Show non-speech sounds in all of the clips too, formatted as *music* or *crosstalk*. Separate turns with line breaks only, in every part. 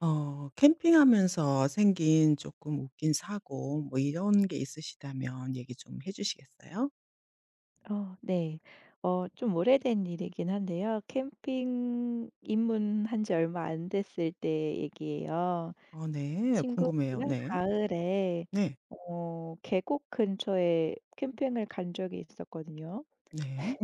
캠핑하면서 생긴 조금 웃긴 사고 뭐 이런 게 있으시다면 얘기 좀 해 주시겠어요?
네. 좀 오래된 일이긴 한데요. 캠핑 입문한 지 얼마 안 됐을 때 얘기예요.
네. 궁금해요.
친구랑
네.
가을에
네.
계곡 근처에 캠핑을 간 적이 있었거든요.
네.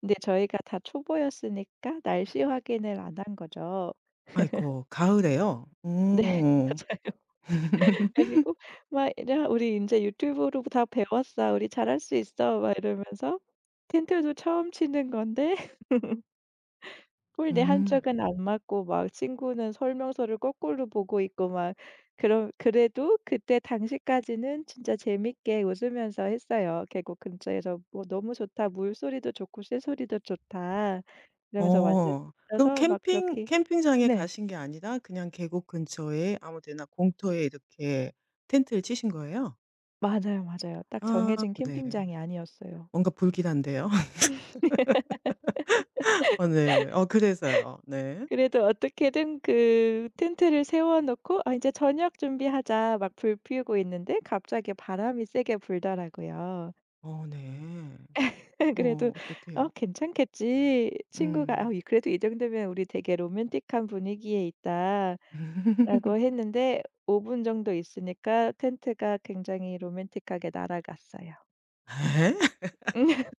근데 저희가 다 초보였으니까 날씨 확인을 안 한 거죠.
아이고 가을에요?
네
오.
*laughs* 맞아요.
*laughs*
그리고 막 "야 우리 이제 유튜브로 다 배웠어. 우리 잘할 수 있어." 막 이러면서 텐트도 처음 치는 건데 꼴대
음.
한쪽은 안 맞고 막 친구는 설명서를 거꾸로 보고 있고 막 그런 그래도 그때 당시까지는 진짜 재밌게 웃으면서 했어요. 계곡 근처에서 뭐 "너무 좋다. 물소리도 좋고 새소리도 좋다." 이러면서 완전
어. 그럼
미쳐서 막 그렇게
캠핑장에
네.
가신 게 아니라 그냥 계곡 근처에 아무 데나 공터에 이렇게 텐트를 치신 거예요?
맞아요, 맞아요. 딱
아
정해진
네.
캠핑장이 아니었어요.
뭔가 불길한데요. *laughs* 어 네. 그래서요. 네.
그래도 어떻게든 그 텐트를 세워 놓고 '아 인제 저녁 준비하자.' 막 불 피우고 있는데 갑자기 바람이 세게 불더라고요.
어 네.
*laughs* 그래도 '어
어떡해요.
괜찮겠지.' 친구가 아
음.
이 그래도 이 정도면 우리 되게 로맨틱한 분위기에 있다."라고
*laughs*
했는데 5분 정도 있으니까 텐트가 굉장히 로맨틱하게 날아갔어요.
에?
*laughs*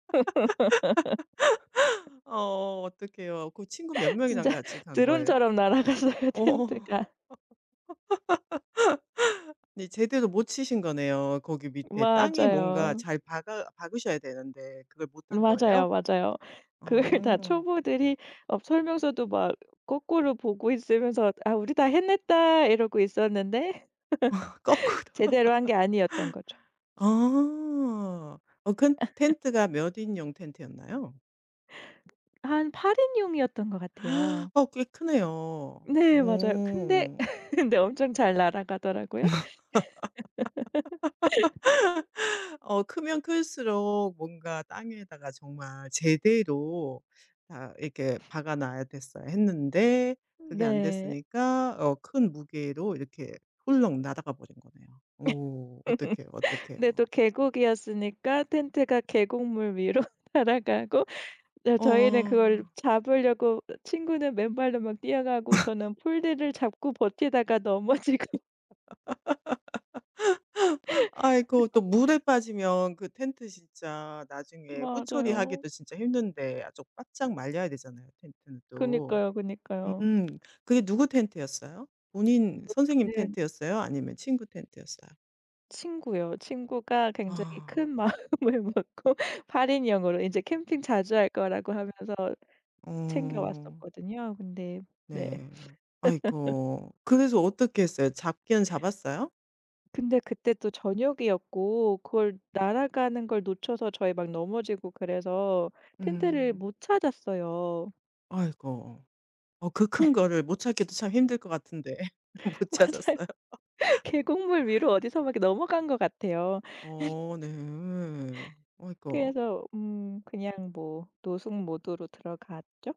어떡해요. 그 친구 몇 명이랑
진짜
같이 간 거예요?
드론처럼 날아갔어요
어.
텐트가.
근데 제대로 못 치신 거네요. 거기 밑에 땅에 뭔가
맞아요.
잘 박아 박으셔야 되는데 그걸 못 한 거예요?
맞아요, 맞아요. 그걸 다
어.
초보들이 설명서도 막 거꾸로 보고 있으면서 '아 우리 다 해냈다.' 이러고 있었는데
*laughs*
*laughs*
거꾸로.
제대로 한 게 아니었던 거죠.
아. 그 텐트가 몇 인용 텐트였나요?
한 8인용이었던 것 같아요.
*gasps* 꽤 크네요.
네 맞아요. 근데
오.
*laughs* 근데 엄청 잘 날아가더라고요.
크면 클수록 뭔가 땅에다가 정말 제대로 다 이렇게 박아 놔야 됐어야 했는데 그게 안
네.
됐으니까 큰 무게로 이렇게 훌렁 날아가 버린 거네요. 오 어떡해요, 어떡해요.
근데 또 계곡이었으니까 텐트가 계곡물 위로 *laughs* 날아가고 네 저희는 그걸
어.
잡으려고 친구는 맨발로 막 뛰어가고 저는 폴대를 잡고 버티다가 넘어지고 *laughs*
*laughs* 아이고 또 물에 빠지면 그 텐트 진짜 나중에
맞아요.
후처리하기도 진짜 힘든데 아주 바짝 말려야 되잖아요, 텐트는 또.
그니까요, 그니까요.
음. 그게 누구 텐트였어요? 본인 선생님
네.
텐트였어요? 아니면 친구 텐트였어요?
친구요. 친구가 굉장히 큰
아.
마음을 *laughs* 먹고 8인용으로 이제 캠핑 자주 할 거라고 하면서 챙겨
어.
왔었거든요. 근데 네.
네. 아이고. 그래서 어떻게 했어요? 잡기는 잡았어요?
근데 그때 또 저녁이었고 그걸 날아가는 걸 놓쳐서 저희 막 넘어지고 그래서 텐트를
음.
못 찾았어요.
아이고. 그 큰 거를 못 찾기도 참 힘들 것 같은데
*laughs*
*laughs* 못
맞아요.
찾았어요?
계곡물 위로 어디서 막 넘어간 것 같아요.
어 네. 아이고.
그래서 그냥 뭐 노숙 모드로 들어갔죠.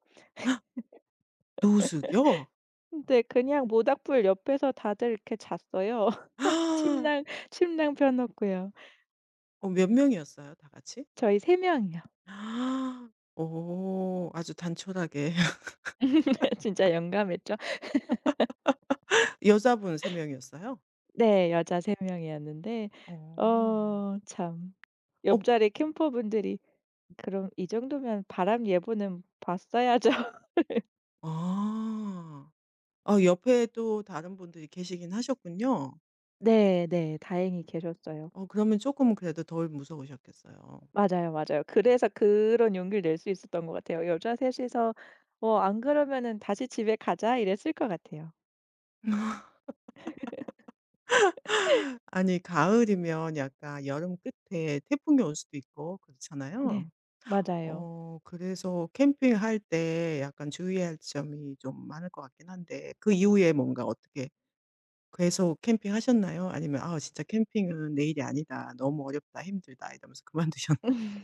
노숙이요?
근데 그냥 모닥불 옆에서 다들 이렇게 잤어요. *laughs* 침낭
*gasps*
침낭 펴 놓고요.
몇 명이었어요 다 같이?
저희 3명이요.
*gasps* 오. 아주 단촐하게. *laughs*
*laughs* 진짜 영감했죠
여자분 3명 명이었어요?
네. 여자 3명이었는데
어.
참
어
옆자리 캠퍼분들이 그럼 이 정도면 바람 예보는 봤어야죠. *laughs*
아. 옆에 또 다른 분들이 계시긴 하셨군요.
네 네. 다행히 계셨어요.
그러면 조금은 그래도 덜 무서우셨겠어요.
맞아요, 맞아요. 그래서 그런 용기를 낼 수 있었던 것 같아요. 여자 셋 이서 "어 안 그러면은 다시 집에 가자." 이랬을 것 같아요.
*laughs* 아니 가을이면 약간 여름 끝에 태풍이 올 수도 있고
네.
그렇잖아요.
맞아요.
그래서 캠핑할 때 약간 주의할 점이 좀 많을 것 같긴 한데 그 이후에 뭔가 어떻게 계속 캠핑하셨나요? 아니면 '아 진짜 캠핑은 내 일이 아니다. 너무 어렵다. 힘들다.' 이러면서 그만두셨나요?
*laughs*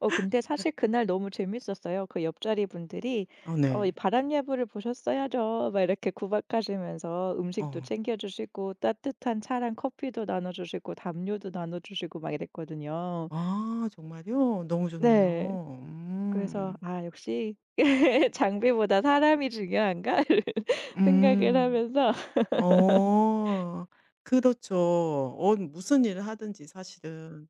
근데 사실 그날 너무 재밌었어요. 그 옆자리 분들이
어
"어 이
네.
바람 예보를 보셨어야죠." 막 이렇게 구박하시면서 음식도
어.
챙겨 주시고 따뜻한 차랑 커피도 나눠 주시고 담요도 나눠 주시고 막 이랬거든요.
아 정말요? 너무
네.
좋네요.
그래서
음.
'아 역시 *laughs* 장비보다 사람이 중요한가?' *laughs* 생각을
음.
하면서
어. 그렇죠. 무슨 일을 하든지 사실은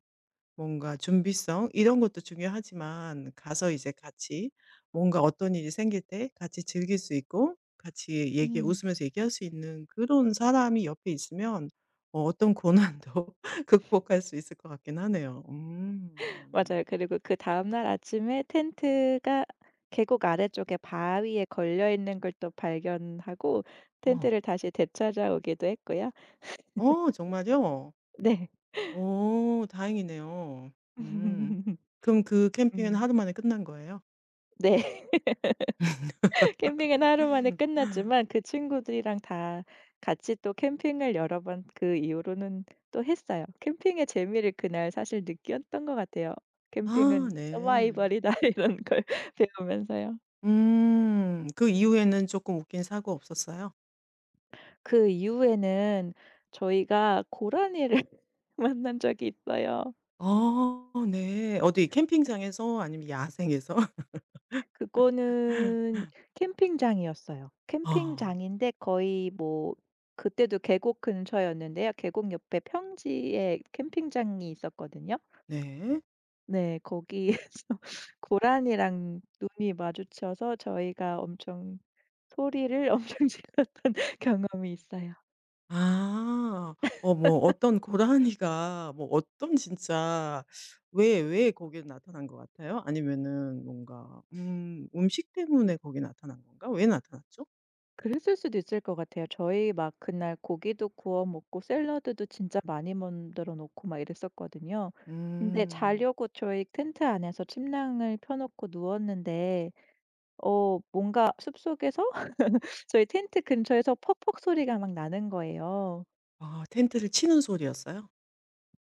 뭔가 준비성 이런 것도 중요하지만 가서 이제 같이 뭔가 어떤 일이 생길 때 같이 즐길 수 있고 같이 얘기
음.
웃으면서 얘기할 수 있는 그런 사람이 옆에 있으면 어떤 고난도 *laughs* 극복할 수 있을 것 같긴 하네요. 음.
맞아요. 그리고 그다음 날 아침에 텐트가 계곡 아래쪽에 바위에 걸려 있는 걸 또 발견하고
어.
텐트를 다시 되찾아오기도 했고요.
정말요?
네.
오, 다행이네요. 음.
*laughs*
그럼 그 캠핑은
음.
하루 만에 끝난 거예요?
네. 캠핑은 하루 만에 끝났지만 그 친구들이랑 다 같이 또 캠핑을 여러 번 그 이후로는 또 했어요. 캠핑의 재미를 그날 사실 느꼈던 것 같아요.
아
'캠핑은
네.
서바이벌이다.' *laughs* 이런 걸 *laughs* 배우면서요.
음. 그 이후에는 조금 웃긴 사고 없었어요?
그 이후에는 저희가 고라니를 *laughs* 만난 적이 있어요.
어 네. 어디 캠핑장에서 아니면 야생에서? *laughs*
그거는 캠핑장이었어요.
아
캠핑장인데 거의 뭐 그때도 계곡 근처였는데요. 계곡 옆에 평지에 캠핑장이 있었거든요.
네.
네. 거기에서 *laughs* 고라니랑 눈이 마주쳐서 저희가 엄청 소리를 엄청 *laughs* 질렀던 경험이 있어요.
아. 뭐 어떤 고라니가 뭐 어떤 진짜 왜 거기에 나타난 것 같아요? 아니면은 뭔가 음식 때문에 거기 나타난 건가? 왜 나타났죠?
그랬을 수도 있을 것 같아요. 저희 막 그날 고기도 구워 먹고 샐러드도 진짜 많이 만들어 놓고 막 이랬었거든요. 근데
음.
자려고 저희 텐트 안에서 침낭을 펴 놓고 누웠는데 뭔가 숲속에서 *laughs* 저희 텐트 근처에서 퍽퍽 소리가 막 나는 거예요.
텐트를 치는 소리였어요?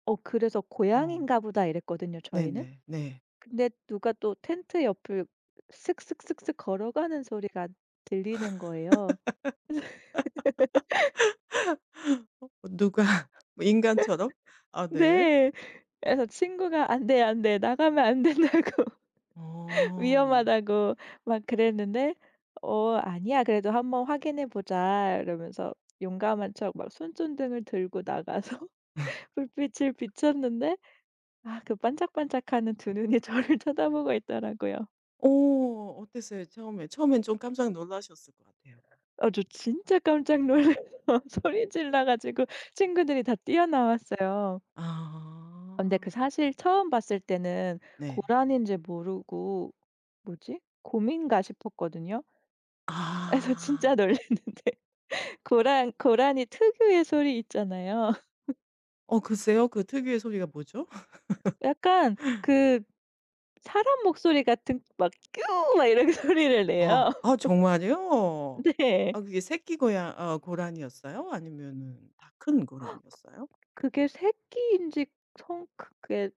그래서
어.
'고양인가 보다.' 이랬거든요 저희는.
네네. 네.
근데 누가 또 텐트 옆을 슥슥슥슥 걸어가는 소리가 들리는 거예요.
누가 *laughs* 뭐 인간처럼? 아
*laughs*
네.
네. 그래서 친구가 "안 돼, 안 돼. 나가면 안 된다고. *laughs*
어.
위험하다고." 막 그랬는데 "어 아니야. 그래도 한번 확인해 보자." 이러면서 용감한 척 막 손전등을 들고 나가서 *laughs*
*laughs*
불빛을 비췄는데 아 그 반짝반짝하는 두 눈이 저를 *laughs* 쳐다보고 있더라고요.
어 어땠어요 처음에? 처음엔 좀 깜짝 놀라셨을 것 같아요.
아 저 진짜 깜짝 놀라서 *laughs* 소리 질러 가지고 친구들이 다 뛰어나왔어요. 아 근데 그
아.
사실 처음 봤을 때는
네.
고라니인지 모르고 '뭐지? 곰인가?' 싶었거든요. *laughs* 그래서 진짜
아.
놀랐는데 *laughs* 고란 고라니 특유의 소리 있잖아요. *laughs*
글쎄요. 그 특유의 소리가 뭐죠? *laughs*
약간 그 사람 목소리 같은 막 "뀨." 막 이런 소리를
아.
내요.
아
*laughs*
정말요?
네.
아 그게 새끼 고양 어 고란이었어요 아니면은 다 큰 고란이었어요
그게 새끼인지 성 그 그게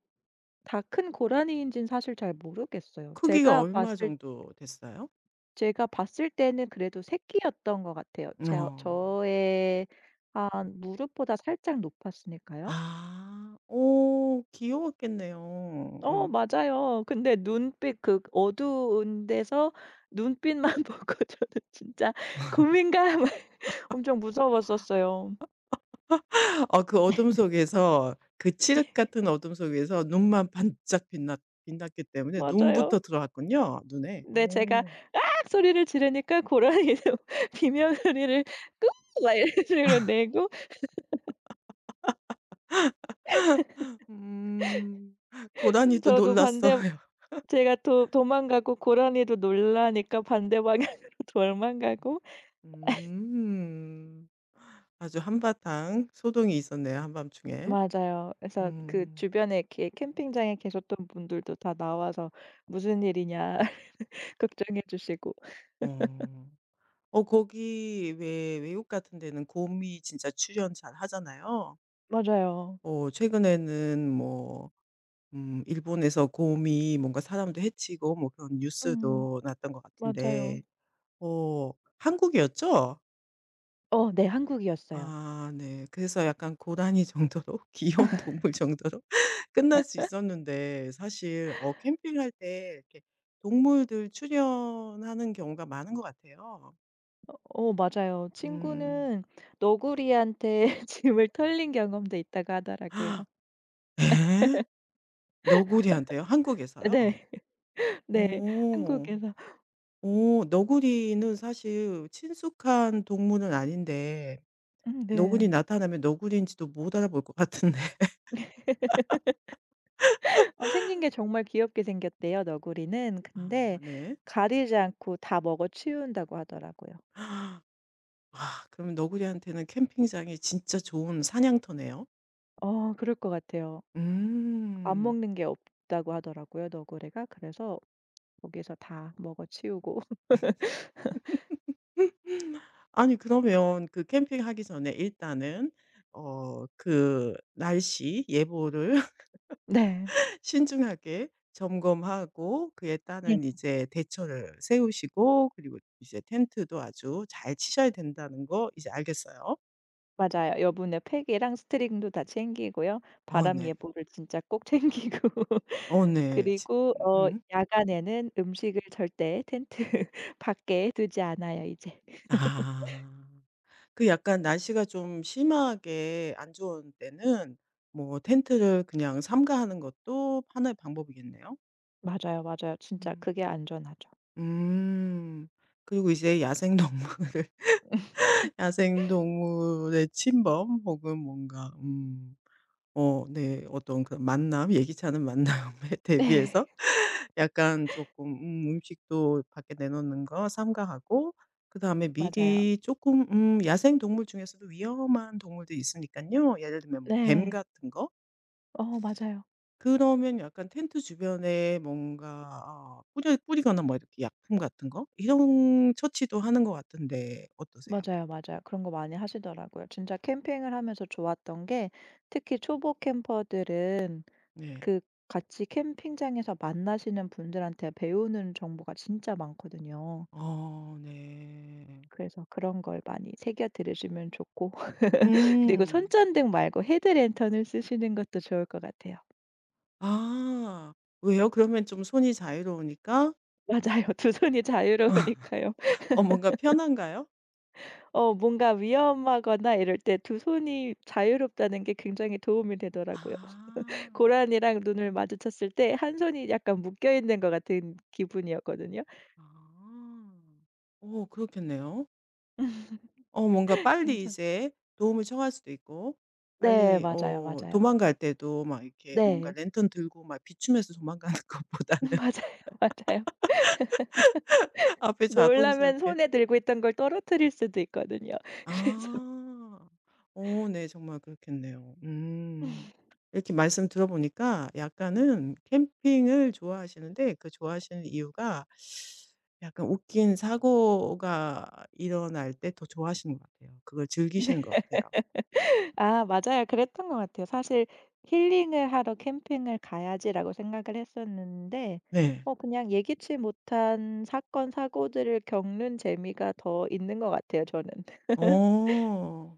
다 큰 고라니인지는 사실 잘 모르겠어요.
크기가
제가
얼마
봤을
정도 됐어요?
제가 봤을 때는 그래도 새끼였던 것 같아요. 제
어.
저의 한 무릎보다 살짝 높았으니까요.
아. 오, 귀여웠겠네요. 어.
맞아요. 근데 눈빛 그 어두운 데서 눈빛만 *laughs* 보고 저는 진짜 고민감 *laughs* 엄청 무서웠었어요.
그 어둠 속에서 그 칠흑 같은 어둠 속에서 눈만 반짝 빛났기 때문에
맞아요.
눈부터 들어갔군요, 눈에.
근데 제가
오.
*laughs* 소리를 지르니까 고라니도 *laughs* 비명 소리를 "끄!" 막 이런 *laughs* 식으로 내고
음. 고라니도
저도
놀랐어요.
반대
*laughs*
제가 도 도망가고 고라니도 놀라니까 반대 방향으로 *laughs* 도망가고
음. 아주 한바탕 소동이 있었네요, 한밤중에.
맞아요. 그래서 그
음.
주변에 이렇게 캠핑장에 계셨던 분들도 다 나와서 "무슨 일이냐." *laughs* 걱정해 주시고.
어. 거기 왜 외국 같은 데는 곰이 진짜 출연 잘 하잖아요.
맞아요.
최근에는 뭐 일본에서 곰이 뭔가 사람도 해치고 뭐 그런
음
뉴스도 났던 것
맞아요.
같은데 어 한국이었죠?
네 한국이었어요.
아 네. 그래서 약간 고라니 정도로 *laughs* 귀여운 동물 정도로 *laughs* 끝날 수 있었는데 사실 캠핑할 때 이렇게 동물들 출연하는 경우가 많은 것 같아요.
맞아요.
음.
친구는 너구리한테 *laughs* 짐을 털린 경험도 있다고 하더라고요.
*gasps* 예? 너구리한테요? 한국에서요?
네. *laughs* 네.
오,
한국에서.
오, 너구리는 사실 친숙한 동물은 아닌데 너구리
네.
나타나면 너구리인지도 못 알아볼 것 같은데. *laughs*
생긴 게 정말 귀엽게 생겼대요 너구리는. 근데
아 네.
가리지 않고 다 먹어 치운다고 하더라고요.
*gasps* 아 그럼 너구리한테는 캠핑장이 진짜 좋은 사냥터네요.
그럴 것 같아요. 안
음.
먹는 게 없다고 하더라고요, 너구리가. 그래서 거기서 다 먹어 치우고 *laughs*
*sniffs* 아니 그러면 그 캠핑하기 전에 일단은 그 날씨 예보를
네.
*laughs* 신중하게 점검하고 그에
네.
따른 이제 대처를 세우시고 그리고 이제 텐트도 아주 잘 치셔야 된다는 거 이제 알겠어요.
맞아요. 여분의 팩이랑 스트링도 다 챙기고요.
어
바람
네.
예보를 진짜 꼭 챙기고
어
*laughs*
네. 지
그리고
음.
야간에는 음식을 절대 텐트 *laughs* 밖에 두지 않아요, 이제.
아. 그 약간 날씨가 좀 심하게 안 좋은 때는 뭐 텐트를 그냥 삼가하는 것도 하나의 방법이겠네요.
맞아요, 맞아요. 진짜
음.
그게 안전하죠.
음. 그리고 이제 야생동물을 *laughs* 야생동물의 침범 혹은 뭔가 어 네 어떤 그런 만남 예기치 않은 만남에 *laughs*
네. *laughs*
대비해서 약간 조금 음식도 밖에 내놓는 거 삼가하고 그다음에
맞아요.
미리 조금 야생 동물 중에서도 위험한 동물들이 있으니까요 예를 들면 뭐 뱀
네.
같은 거?
맞아요.
그러면 약간 텐트 주변에 뭔가 뿌려 뿌리거나 뭐 이렇게 약품 같은 거 이런 처치도 하는 것 같은데 어떠세요?
맞아요, 맞아요. 그런 거 많이 하시더라고요. 진짜 캠핑을 하면서 좋았던 게 특히 초보 캠퍼들은
네.
그 같이 캠핑장에서 만나시는 분들한테 배우는 정보가 진짜 많거든요.
어 네.
그래서 그런 걸 많이 새겨 들으시면 좋고 *laughs* 그리고
음.
손전등 말고 헤드랜턴을 쓰시는 것도 좋을 것 같아요.
아. 왜요? 그러면 좀 손이 자유로우니까?
맞아요. 두 손이 자유로우니까요.
*laughs* 뭔가 편한가요?
뭔가 위험하거나 이럴 때 두 손이 자유롭다는 게 굉장히 도움이 되더라고요.
아.
고라니랑 눈을 마주쳤을 때 한 손이 약간 묶여 있는 것 같은 기분이었거든요.
아. 오, 그렇겠네요. 뭔가 빨리
그래서
이제 도움을 청할 수도 있고
네
빨리
맞아요, 맞아요.
도망갈 때도 막 이렇게 뭔가
네.
랜턴 들고 막 비추면서 도망가는 *laughs*
*laughs*
것보다는
맞아요, 맞아요.
*laughs* 앞에
놀라면
자동스럽게
손에 들고 있던 걸 떨어뜨릴 수도 있거든요. *laughs* 그래서
아. 어 네. 정말 그렇겠네요. 음. 이렇게 말씀 들어보니까 약간은 캠핑을 좋아하시는데 그 좋아하시는 이유가 약간 웃긴 사고가 일어날 때 더 좋아하시는 것 같아요. 그걸 즐기시는 것 같아요.
아 맞아요. 그랬던 것 같아요. 사실 '힐링을 하러 캠핑을 가야지.'라고 생각을 했었는데
네.
그냥 예기치 못한 사건 사고들을 겪는 재미가 더 있는 것 같아요 저는.
어.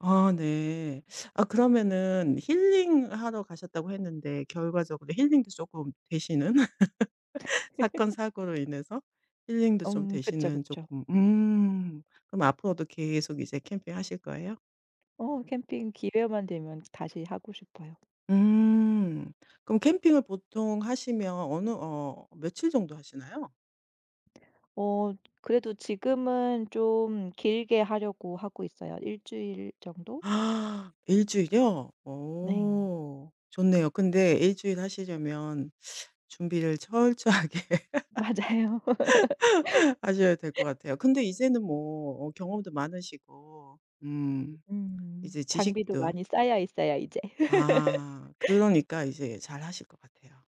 아 네. 아 그러면은 힐링하러 가셨다고 했는데 결과적으로 힐링도 조금 되시는? 사건 사고로 인해서 힐링도 좀
그쵸,
되시는
그쵸.
조금 그럼 앞으로도 계속 이제 캠핑하실 거예요?
캠핑 기회만 되면 다시 하고 싶어요.
음. 그럼 캠핑을 보통 하시면 어느 며칠 정도 하시나요?
어 그래도 지금은 좀 길게 하려고 하고 있어요. 1주일 정도?
아 일 주일이요?
네.
좋네요. 근데 일 주일 하시려면 준비를 철저하게
*laughs* 맞아요.
*laughs* 하셔야 될 것 같아요. 근데 이제는 뭐 경험도 많으시고
음.
이제
장비도
지식도
많이 쌓여 있어요 이제. *laughs*
아 그러니까 이제 잘하실 것 같아요.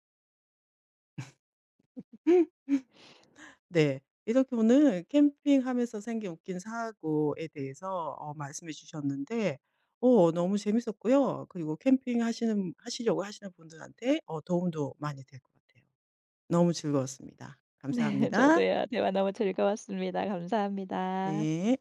네. 이렇게 오늘 캠핑하면서 생긴 웃긴 사고에 대해서 말씀해 주셨는데 너무 재밌었고요. 그리고 캠핑 하시는 하시려고 하시는 분들한테 도움도 많이 될 것 같아요. 너무 즐거웠습니다.
네.
감사합니다.
저도요. 대화 너무 즐거웠습니다. 감사합니다.
네.